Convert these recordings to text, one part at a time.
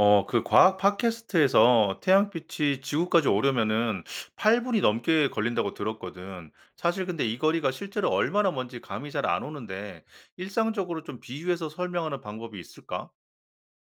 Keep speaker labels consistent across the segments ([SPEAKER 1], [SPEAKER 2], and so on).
[SPEAKER 1] 그 과학 팟캐스트에서 태양빛이 지구까지 오려면은 8 분이 넘게 걸린다고 들었거든. 사실 근데 이 거리가 실제로 얼마나 먼지 감이 잘 안 오는데, 일상적으로 좀 비유해서 설명하는 방법이 있을까?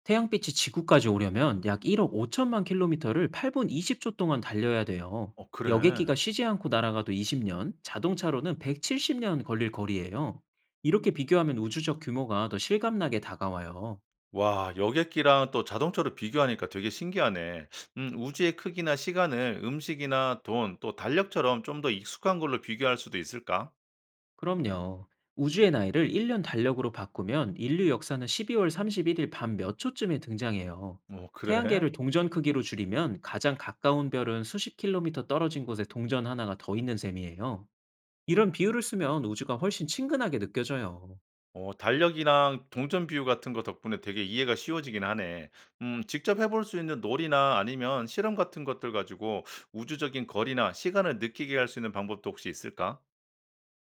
[SPEAKER 2] 태양빛이 지구까지 오려면 약 1억 5천만 킬로미터를 8분 20초 동안 달려야 돼요.
[SPEAKER 1] 어 그래.
[SPEAKER 2] 여객기가 쉬지 않고 날아가도 20년, 자동차로는 170년 걸릴 거리예요. 이렇게 비교하면 우주적 규모가 더 실감나게 다가와요.
[SPEAKER 1] 와, 여객기랑 또 자동차로 비교하니까 되게 신기하네. 우주의 크기나 시간을 음식이나 돈, 또 달력처럼 좀 더 익숙한 걸로 비교할 수도 있을까?
[SPEAKER 2] 그럼요. 우주의 나이를 1년 달력으로 바꾸면 인류 역사는 12월 31일 밤 몇 초쯤에 등장해요.
[SPEAKER 1] 어 그래.
[SPEAKER 2] 태양계를 동전 크기로 줄이면 가장 가까운 별은 수십 킬로미터 떨어진 곳에 동전 하나가 더 있는 셈이에요. 이런 비유를 쓰면 우주가 훨씬 친근하게 느껴져요.
[SPEAKER 1] 달력이랑 동전 비유 같은 거 덕분에 되게 이해가 쉬워지긴 하네. 직접 해볼 수 있는 놀이나 아니면 실험 같은 것들 가지고 우주적인 거리나 시간을 느끼게 할 수 있는 방법도 혹시 있을까?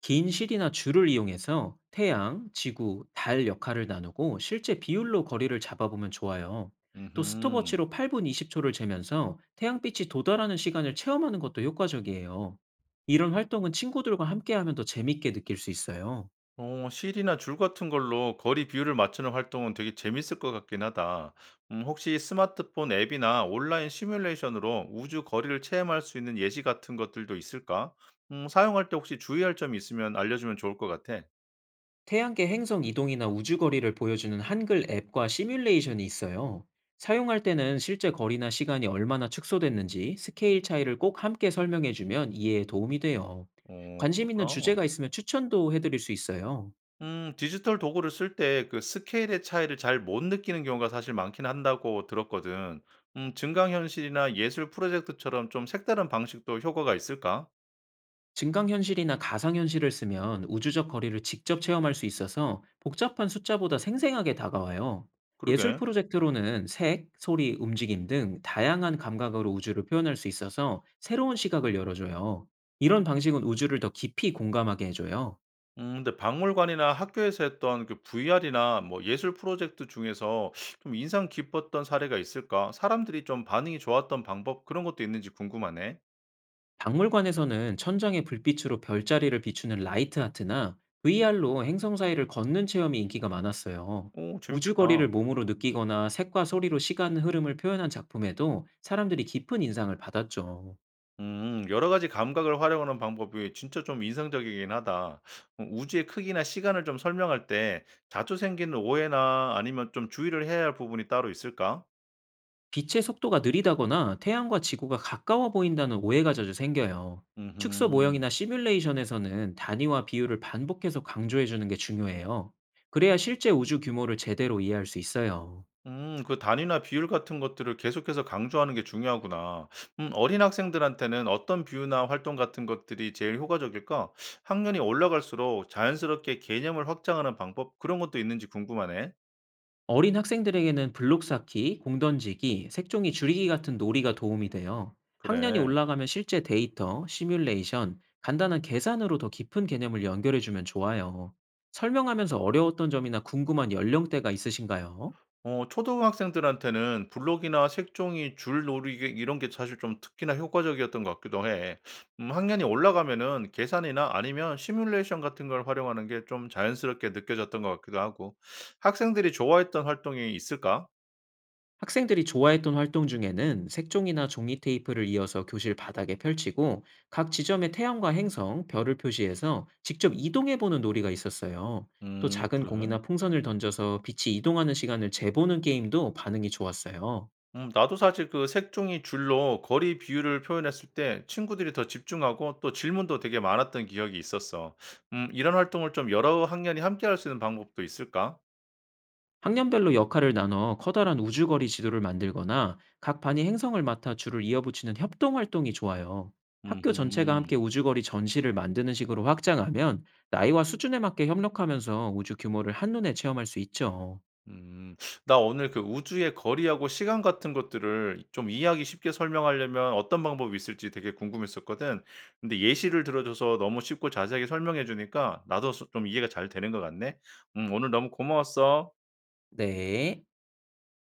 [SPEAKER 2] 긴 실이나 줄을 이용해서 태양, 지구, 달 역할을 나누고 실제 비율로 거리를 잡아보면 좋아요. 또
[SPEAKER 1] 음
[SPEAKER 2] 스톱워치로 8분 20초를 재면서 태양빛이 도달하는 시간을 체험하는 것도 효과적이에요. 이런 활동은 친구들과 함께하면 더 재밌게 느낄 수 있어요.
[SPEAKER 1] 실이나 줄 같은 걸로 거리 비율을 맞추는 활동은 되게 재밌을 것 같긴 하다. 혹시 스마트폰 앱이나 온라인 시뮬레이션으로 우주 거리를 체험할 수 있는 예시 같은 것들도 있을까? 사용할 때 혹시 주의할 점이 있으면 알려주면 좋을 것 같아.
[SPEAKER 2] 태양계 행성 이동이나 우주 거리를 보여주는 한글 앱과 시뮬레이션이 있어요. 사용할 때는 실제 거리나 시간이 얼마나 축소됐는지 스케일 차이를 꼭 함께 설명해주면 이해에 도움이 돼요.
[SPEAKER 1] 어
[SPEAKER 2] 관심 있는
[SPEAKER 1] 그렇구나.
[SPEAKER 2] 주제가 있으면 추천도 해드릴 수 있어요.
[SPEAKER 1] 디지털 도구를 쓸 때 그 스케일의 차이를 잘 못 느끼는 경우가 사실 많긴 한다고 들었거든. 증강현실이나 예술 프로젝트처럼 좀 색다른 방식도 효과가 있을까?
[SPEAKER 2] 증강현실이나 가상현실을 쓰면 우주적 거리를 직접 체험할 수 있어서 복잡한 숫자보다 생생하게 다가와요. 예술
[SPEAKER 1] 그러게.
[SPEAKER 2] 프로젝트로는 색, 소리, 움직임 등 다양한 감각으로 우주를 표현할 수 있어서 새로운 시각을 열어줘요. 이런 방식은 우주를 더 깊이 공감하게 해줘요.
[SPEAKER 1] 근데 박물관이나 학교에서 했던 그 VR이나 뭐 예술 프로젝트 중에서 좀 인상 깊었던 사례가 있을까? 사람들이 좀 반응이 좋았던 방법, 그런 것도 있는지 궁금하네.
[SPEAKER 2] 박물관에서는 천장에 불빛으로 별자리를 비추는 라이트 아트나 VR로 행성 사이를 걷는 체험이 인기가 많았어요.
[SPEAKER 1] 오,
[SPEAKER 2] 우주거리를
[SPEAKER 1] 재밌겠다.
[SPEAKER 2] 몸으로 느끼거나 색과 소리로 시간 흐름을 표현한 작품에도 사람들이 깊은 인상을 받았죠.
[SPEAKER 1] 음. 여러 가지 감각을 활용하는 방법이 진짜 좀 인상적이긴 하다. 우주의 크기나 시간을 좀 설명할 때 자주 생기는 오해나 아니면 좀 주의를 해야 할 부분이 따로 있을까?
[SPEAKER 2] 빛의 속도가 느리다거나 태양과 지구가 가까워 보인다는 오해가 자주 생겨요. 축소 모형이나
[SPEAKER 1] 음음.
[SPEAKER 2] 시뮬레이션에서는 단위와 비율을 반복해서 강조해주는 게 중요해요. 그래야 실제 우주 규모를 제대로 이해할 수 있어요.
[SPEAKER 1] 음. 그 단위나 비율 같은 것들을 계속해서 강조하는 게 중요하구나. 어린 학생들한테는 어떤 비유나 활동 같은 것들이 제일 효과적일까? 학년이 올라갈수록 자연스럽게 개념을 확장하는 방법, 그런 것도 있는지 궁금하네.
[SPEAKER 2] 어린 학생들에게는 블록 쌓기, 공 던지기, 색종이 줄이기 같은 놀이가 도움이 돼요. 학년이
[SPEAKER 1] 그래.
[SPEAKER 2] 올라가면 실제 데이터, 시뮬레이션, 간단한 계산으로 더 깊은 개념을 연결해주면 좋아요. 설명하면서 어려웠던 점이나 궁금한 연령대가 있으신가요?
[SPEAKER 1] 초등학생들한테는 블록이나 색종이, 줄놀이 이게 이런 게 사실 좀 특히나 효과적이었던 것 같기도 해. 학년이 올라가면은 계산이나 아니면 시뮬레이션 같은 걸 활용하는 게 좀 자연스럽게 느껴졌던 것 같기도 하고. 학생들이 좋아했던 활동이 있을까?
[SPEAKER 2] 학생들이 좋아했던 활동 중에는 색종이나 종이 테이프를 이어서 교실 바닥에 펼치고 각 지점의 태양과 행성, 별을 표시해서 직접 이동해보는 놀이가 있었어요. 또 작은
[SPEAKER 1] 그래?
[SPEAKER 2] 공이나 풍선을 던져서 빛이 이동하는 시간을 재보는 게임도 반응이 좋았어요.
[SPEAKER 1] 나도 사실 그 색종이 줄로 거리 비율을 표현했을 때 친구들이 더 집중하고 또 질문도 되게 많았던 기억이 있었어. 이런 활동을 좀 여러 학년이 함께 할 수 있는 방법도 있을까?
[SPEAKER 2] 학년별로 역할을 나눠 커다란 우주거리 지도를 만들거나 각 반이 행성을 맡아 줄을 이어붙이는 협동 활동이 좋아요. 학교 전체가 함께
[SPEAKER 1] 음
[SPEAKER 2] 우주거리 전시를 만드는 식으로 확장하면 나이와 수준에 맞게 협력하면서 우주 규모를 한눈에 체험할 수 있죠.
[SPEAKER 1] 음. 나 오늘 그 우주의 거리하고 시간 같은 것들을 좀 이해하기 쉽게 설명하려면 어떤 방법이 있을지 되게 궁금했었거든. 근데 예시를 들어줘서 너무 쉽고 자세하게 설명해 주니까 나도 좀 이해가 잘 되는 것 같네. 오늘 너무 고마웠어.
[SPEAKER 2] 네.